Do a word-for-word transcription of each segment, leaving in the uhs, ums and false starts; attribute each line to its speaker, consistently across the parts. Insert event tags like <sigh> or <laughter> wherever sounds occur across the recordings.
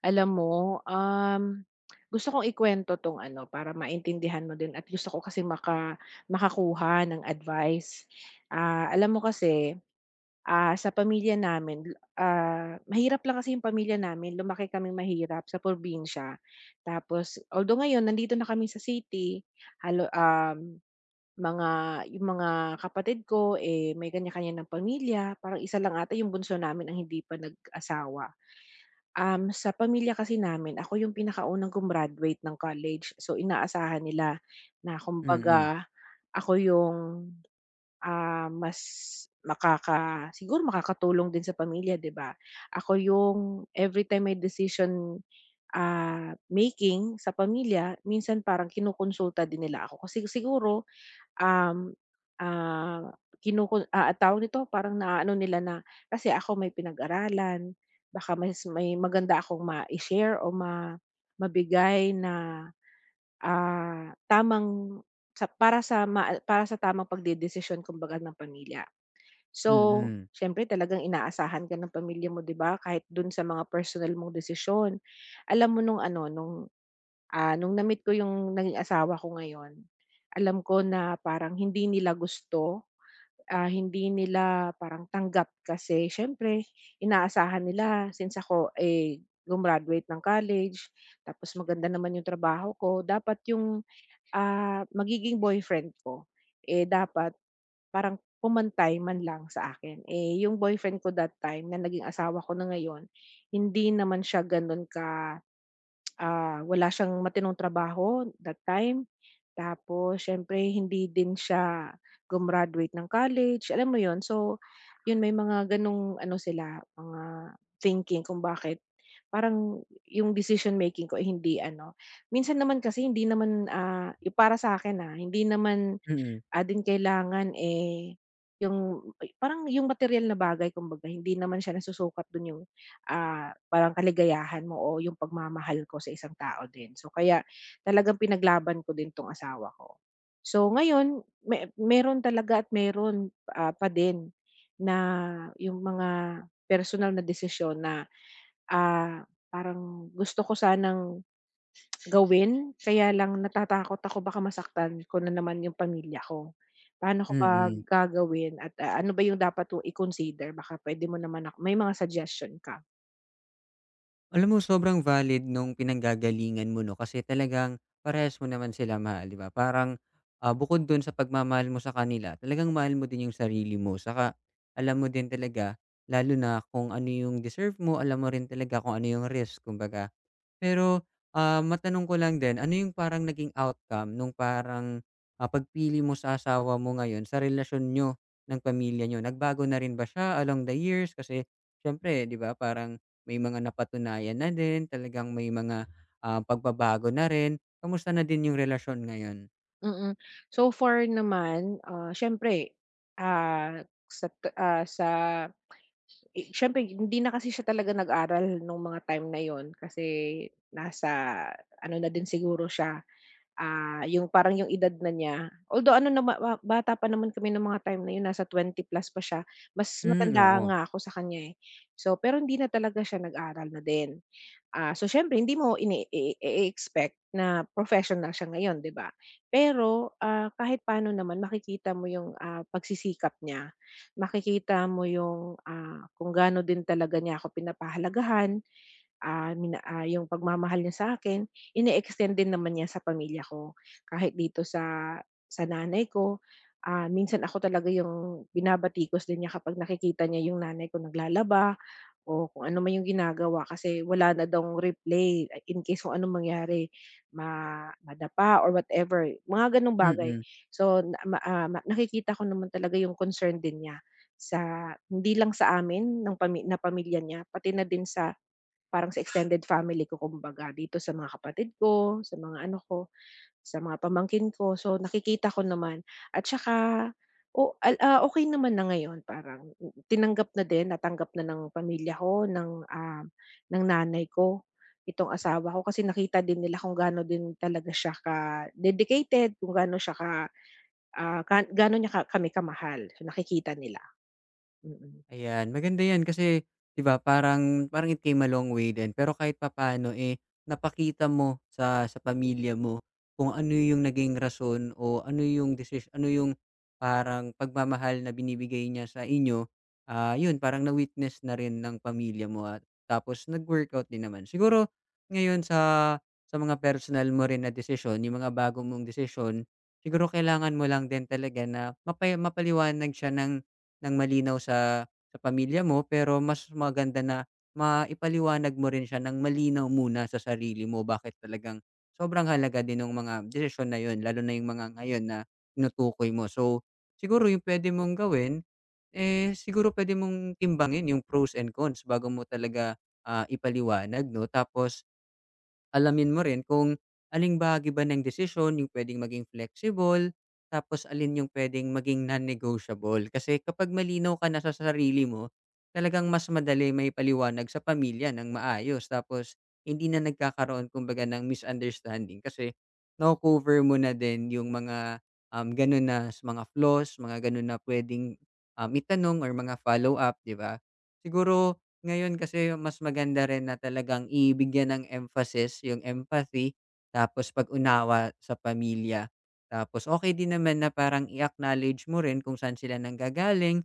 Speaker 1: Alam mo, um, gusto kong ikwento 'tong ano, para maintindihan mo din at gusto ko kasi maka makakuha ng advice. Ah, alam mo kasi, ah, sa pamilya namin, l- ah, mahirap lang kasi yung pamilya namin, lumaki kami mahirap sa probinsya. Tapos although ngayon nandito na kami sa city, halo um, mga yung mga kapatid ko, eh, may kanya-kanya ng pamilya, parang isa lang ata yung bunso namin ang hindi pa nag-asawa. Um, sa pamilya kasi namin ako yung pinakaunang gumraduate ng college. So, inaasahan nila na
Speaker 2: Mm,
Speaker 1: kumbaga ako yung, ah, mas makaka siguro makakatulong din sa pamilya, 'di ba? Ako yung everytime may decision, ah, making sa pamilya minsan parang kinukonsulta din nila ako kasi siguro. Um, ah, kinukul ah, tawag nito, parang naaano nila na kasi ako may pinag-aralan, baka mas may maganda akong ma share o ma mabigay na, ah, tamang sa para sa ma para sa tamang pagdedesisyon kumbaga ng pamilya. So,
Speaker 2: mm,
Speaker 1: siyempre talagang inaasahan ka ng pamilya mo, 'di ba, kahit dun sa mga personal mong desisyon. Alam mo nung ano, nung Ah, nung na-meet ko yung naging asawa ko ngayon, alam ko na parang hindi nila gusto, ah, hindi nila parang tanggap kasi siyempre inaasahan nila since ako, eh, gumraduate ng college tapos maganda naman yung trabaho ko, dapat yung, ah, magiging boyfriend ko, eh, dapat parang pumantay man lang sa akin. Eh, yung boyfriend ko that time na naging asawa ko na ngayon, hindi naman siya gano'n ka ah, wala siyang matinong trabaho that time. Tapos siyempre hindi din siya gumraduate ng college, alam mo yon. So, 'yun may mga gano'ng ano sila, mga thinking kung bakit parang yung decision making ko ay hindi ano minsan naman kasi hindi naman, ah, yung para sa akin ah, hindi naman
Speaker 2: mm,
Speaker 1: ah, din kailangan, eh, yung parang yung materyal na bagay kumbaga hindi naman siya nasusukat dun yung, ah, parang kaligayahan mo o yung pagmamahal ko sa isang tao din. So kaya talagang pinaglaban ko din 'tong asawa ko. So ngayon me meron talaga at meron, ah, pa din na yung mga personal na desisyon na, ah, parang gusto ko sanang gawin, kaya lang natatakot ako baka masaktan ko na naman yung pamilya ko. Paano ko ba
Speaker 2: mm.
Speaker 1: gagawin at, ah, ano ba yung dapat kong i-consider baka puwede mo naman ak may mga suggestion ka?
Speaker 2: Alam mo sobrang valid nung pinanggagalingan mo, 'no? Kasi talagang parehas mo naman sila mahal, 'di ba? Parang, ah, bukod dun sa pagmamahal mo sa kanila, talagang mahal mo din yung sarili mo. Saka alam mo din talaga, lalo na kung ano yung deserve mo, alam mo rin talaga kung ano yung risk, kumbaga. Pero, ah, matanong ko lang din, ano yung parang naging outcome nung parang, ah, pagpili mo sa asawa mo ngayon sa relasyon niyo ng pamilya niyo? Nagbago na rin ba siya along the years? Kasi siyempre, 'di ba, parang may mga napatunayan na din, talagang may mga, ah, pagbabago na rin. Kamusta na din yung relasyon ngayon?
Speaker 1: Mm. So far naman, ah, siyempre, ah, sa ta ah, sa i siyempre hindi na kasi siya talaga nag-aral nung mga time na yun kasi nasa ano na din siguro siya. Ah, yung parang yung edad na niya, although ano na ba bata pa naman kami ng mga time na yun, nasa twenty plus pa siya, mas
Speaker 2: Hmm,
Speaker 1: matanda
Speaker 2: oo.
Speaker 1: nga ako sa kanya, eh. So, pero hindi na talaga siya nag-aral na din. Ah, so siyempre hindi mo ini i i-expect na professional siya ngayon, 'di ba? Pero, ah, kahit paano naman makikita mo yung, ah, pagsisikap niya, makikita mo yung, ah, kung gaano din talaga niya ako pinapahalagahan, ah, mina ah, yung pagmamahal niya sa'kin ine-extend din naman niya sa pamilya ko. Kahit dito sa sa nanay ko, ah, minsan ako talaga yung binabatikos din niya kapag nakikita niya yung nanay ko naglalaba o kung ano man yung ginagawa kasi wala na daw replay ah, in case kung anong mangyari ma madapa or whatever, mga gano'ng bagay.
Speaker 2: Mm.
Speaker 1: So na ma ah, ma- nakikita ko naman talaga yung concern din niya sa hindi lang sa amin ng pami na pamilya niya pati na din sa parang sa extended family ko kumbaga, dito sa mga kapatid ko, sa mga ano ko, sa mga pamangkin ko. So, nakikita ko naman at saka o al ah, okey naman na ngayon parang mm, tinanggap na din, natanggap na ng pamilya ko, ng, ah, ng nanay ko, itong asawa ko kasi nakita din nila kung gaano din talaga siya ka-dedicated, kung gaano siya ka, ah, ka gaano niya ka kami kamahal. So, nakikita nila. Mm. Mm.
Speaker 2: Ayan, maganda 'yan kasi, 'di ba, parang parang it came a long way din pero kahit papaano, eh, napakita mo sa sa pamilya mo kung ano yung naging rason o ano yung decision, ano yung parang pagmamahal na binibigay niya sa inyo. Ah, yun parang na-witness na rin ng pamilya mo at tapos nag-workout din naman. Siguro ngayon sa sa mga personal mo rin na desisyon, yung mga bago mong desisyon, siguro kailangan mo lang din talaga na mapa mapaliwanag siya ng ng malinaw sa sa pamilya mo, pero mas maganda na maipaliwanag mo rin siya ng malinaw muna sa sarili mo bakit talagang sobrang halaga din ng mga desisyon na yun, lalo na yung mga ngayon na tinutukoy mo. So, siguro yung pwede mong gawin, eh, siguro pwede mong timbangin yung pros and cons bago mo talaga ah, ipaliwanag, no? Tapos, alamin mo rin kung aling bahagi ba ng desisyon yung puwedeng maging flexible, tapos alin yung puwedeng maging non-negotiable. Kasi kapag malinaw ka na sa sarili mo, talagang mas madali may paliwanag sa pamilya ng maayos. Tapos hindi na nagkakaroon kumbaga ng misunderstanding kasi nako-cover mo na din yung mga, um, gano'n na s- mga flaws, mga gano'n na puwedeng, um, itanong or mga follow-up, 'di ba? Siguro ngayon kasi mas maganda rin na talagang ibigyan ng emphasis yung empathy, tapos pag-unawa sa pamilya. Tapos okay din naman na parang i-acknowledge mo rin kung saan sila nanggagaling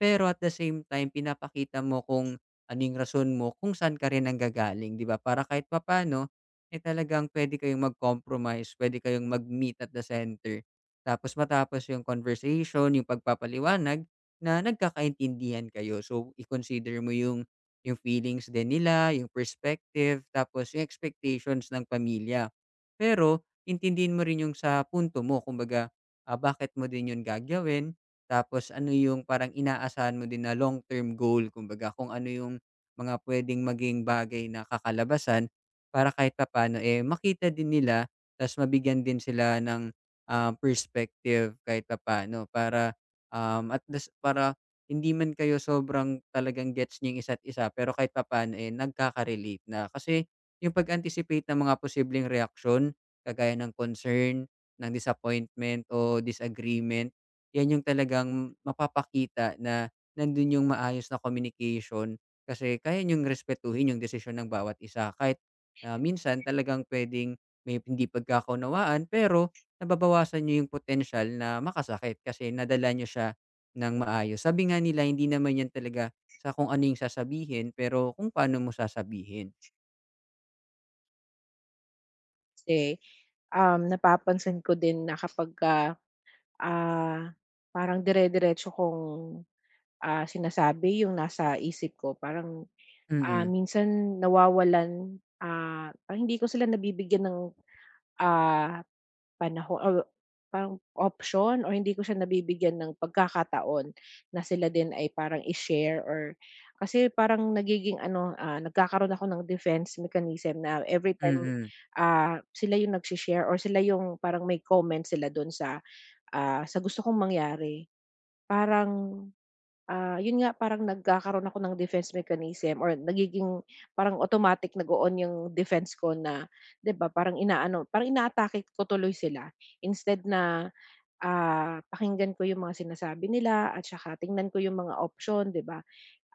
Speaker 2: pero at the same time pinapakita mo kung ano yung rason mo, kung saan ka rin nanggagaling, 'di ba? Para kahit papaano, eh, talagang puwede kayong mag-compromise, puwede kayong mag-meet at the center. Tapos matapos yung conversation, yung pagpapaliwanag na nagkakaintindihan kayo. So, i-consider mo yung yung feelings din nila, yung perspective, tapos yung expectations ng pamilya. Pero intindihin mo rin yung sa punto mo, kumbaga, ah, bakit mo din yun gagawin, tapos ano yung parang inaasahan mo din na long term goal, kumbaga kung ano yung mga puwedeng maging bagay na kakalabasan para kahit papaano, eh, makita din nila ta's mabigyan din sila ng, ah, perspective kahit papaano para, um, at least para hindi man kayo sobrang talagang gets niyo yung isa't isa pero kahit papaano, eh, nagkaka-relate na. Kasi yung pag-anticipate ng mga posibleng reaksyon kagaya ng concern, ng disappointment o disagreement, 'yan yung talagang mapapakita na nandun yung maayos na communication, kasi kaya niyong respetuhin yung desisyon ng bawat isa kahit, ah, minsan talagang puwedeng may hindi pagkakaunawaan, pero nababawasan niyo yung potential na makasakit kasi nadala niyo siya ng maayos. Sabi nga nila, hindi naman 'yan talaga sa kung ano yung sasabihin pero kung paano mo sasabihin.
Speaker 1: Kasi, um, napapansin ko din na kapagka Ah, parang dire-diretso kong, ah, sinasabi yung nasa isip ko parang, ah,
Speaker 2: Mm,
Speaker 1: minsan nawawalan, ah, parang hindi ko sila nabibigyan ng, ah, panahon or parang option or hindi ko siya nabibigyan ng pagkakataon na sila din ay parang i-share or kasi parang nagiging ano, ah, nagkakaroon ako ng defense mechanism na everytime,
Speaker 2: mm,
Speaker 1: ah, sila yung nagse-share or sila yung parang may comment sila dun sa, ah, sa gusto kong mangyari. Parang, ah, yun nga parang nagkakaroon ako ng defense mechanism or nagiging parang automatic nag-o-on yung defense ko na 'di ba parang inaano, parang inaatake ko tuloy sila instead na, ah, pakinggan ko yung mga sinasabi nila at saka tingnan ko yung mga option, 'di ba?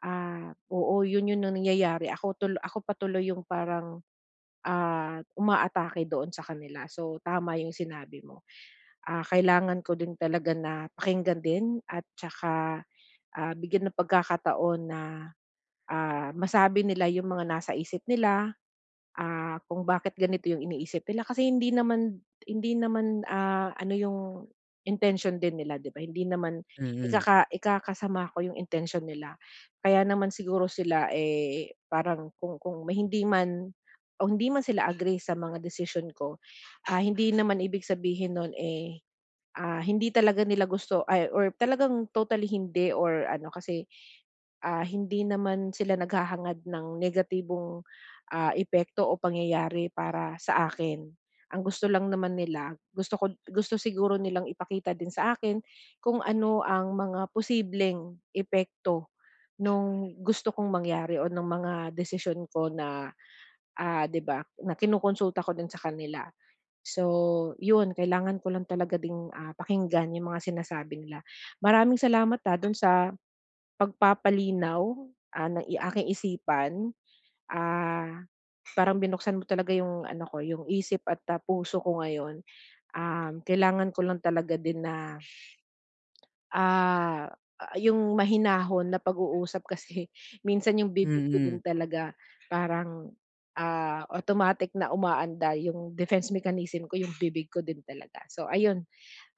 Speaker 1: Ah, oo yun yun ang nangyayari ako tul ako patuloy yung parang, ah, umaatake doon sa kanila. So tama yung sinabi mo, ah, kailangan ko din talaga na pakinggan din at saka ah, bigyan ng pagkakataon na, ah, masabi nila yung mga nasa isip nila, ah, kung bakit ganito yung iniisip nila. Kasi hindi naman hindi naman, ah, ano yung intention din nila, 'di ba? Hindi naman
Speaker 2: mm,
Speaker 1: ikaka ikakasama ko yung intention nila. Kaya naman siguro sila, eh, parang kung kung may hindi man o hindi man sila agree sa mga decision ko, ah, hindi naman ibig sabihin nun, eh, ah, hindi talaga nila gusto ay or talagang totally hindi or ano kasi ah, hindi naman sila naghahangad ng negatibong, ah, epekto o pangyayari para sa akin. Ang gusto lang naman nila, gusto ko gusto siguro nilang ipakita din sa akin kung ano ang mga posibleng epekto nung gusto kong mangyari o ng mga desisyon ko na, ah, 'di ba, na kinukonsulta ko din sa kanila. So, 'yun kailangan ko lang talaga ding, ah, pakinggan yung mga sinasabi nila. Maraming salamat, ah, dun sa pagpapalinaw, ah, ng i aking isipan, ah, parang binuksan mo talaga yung ano ko, yung isip at, ah, puso ko ngayon. Um, kailangan ko lang talaga din na, ah, yung mahinahon na pag-uusap <laughs> kasi minsan yung bibig ko
Speaker 2: mm,
Speaker 1: din talaga parang, ah, automatic na umaandar yung defense mechanism ko, yung bibig ko din talaga. So ayun,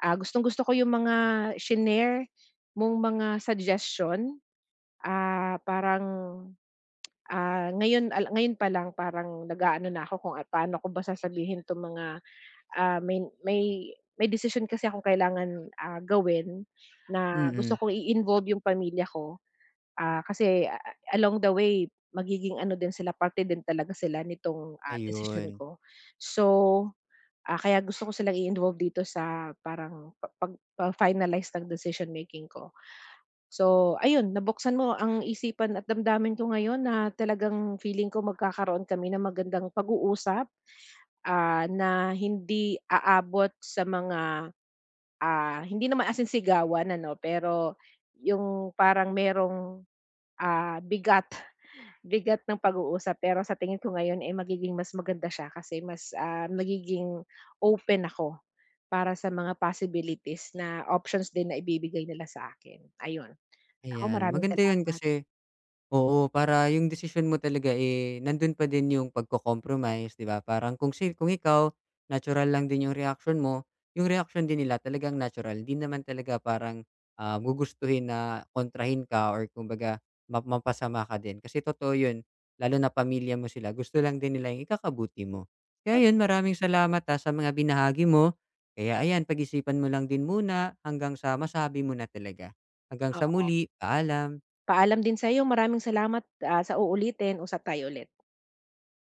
Speaker 1: ah, gustong-gusto ko yung mga shinare mong mga suggestion, ah, parang Ah, ngayon al ngayon pa lang parang nag-aano na ako kung a- paano ko ba sasabihin 'tong mga, ah, may may may decision kasi akong kailangan, ah, gawin na
Speaker 2: mm,
Speaker 1: gusto kong i-involve yung pamilya ko. Ah, kasi a along the way magiging ano din sila, parte din talaga sila nitong, ah, decision
Speaker 2: ayun.
Speaker 1: ko. So, ah, kaya gusto ko silang i-involve dito sa parang pa pag pa-finalize ng decision making ko. So, ayun nabuksan mo ang isipan at damdamin ko ngayon na talagang feeling ko magkakaroon kami ng magandang pag-uusap, ah, na hindi aabot sa mga, ah, hindi naman asin in sigawan ano, pero yung parang merong, ah, bigat, <laughs> bigat ng pag-uusap. Pero sa tingin ko ngayon, eh, magiging mas maganda siya kasi mas, ah, nagiging open ako para sa mga possibilities na options din na ibibigay nila sa akin, ayun. Ako
Speaker 2: Ayan,
Speaker 1: maraming
Speaker 2: maganda yun
Speaker 1: salamat.
Speaker 2: kasi. Oo, para yung desisyon mo talaga, eh, nandun pa din yung pagko-compromise, 'di ba? Parang kung si kung ikaw, natural lang din yung reaction mo, yung reaction din nila talagang natural. Hindi naman talaga parang, ah, gugustuhin na kontrahin ka or kumbaga ma mapasama ka din. Kasi totoo yun, lalo na pamilya mo sila, gusto lang din nila yung ikakabuti mo. Kaya yun, maraming salamat, ah, sa mga binahagi mo. Kaya ayan, pag-isipan mo lang din muna hanggang sa masabi mo na talaga. Hanggang sa muli,
Speaker 1: Oo,
Speaker 2: paalam.
Speaker 1: paalam din sa'yo. Maraming salamat, ah, sa uulitin. Usap tayo ulit.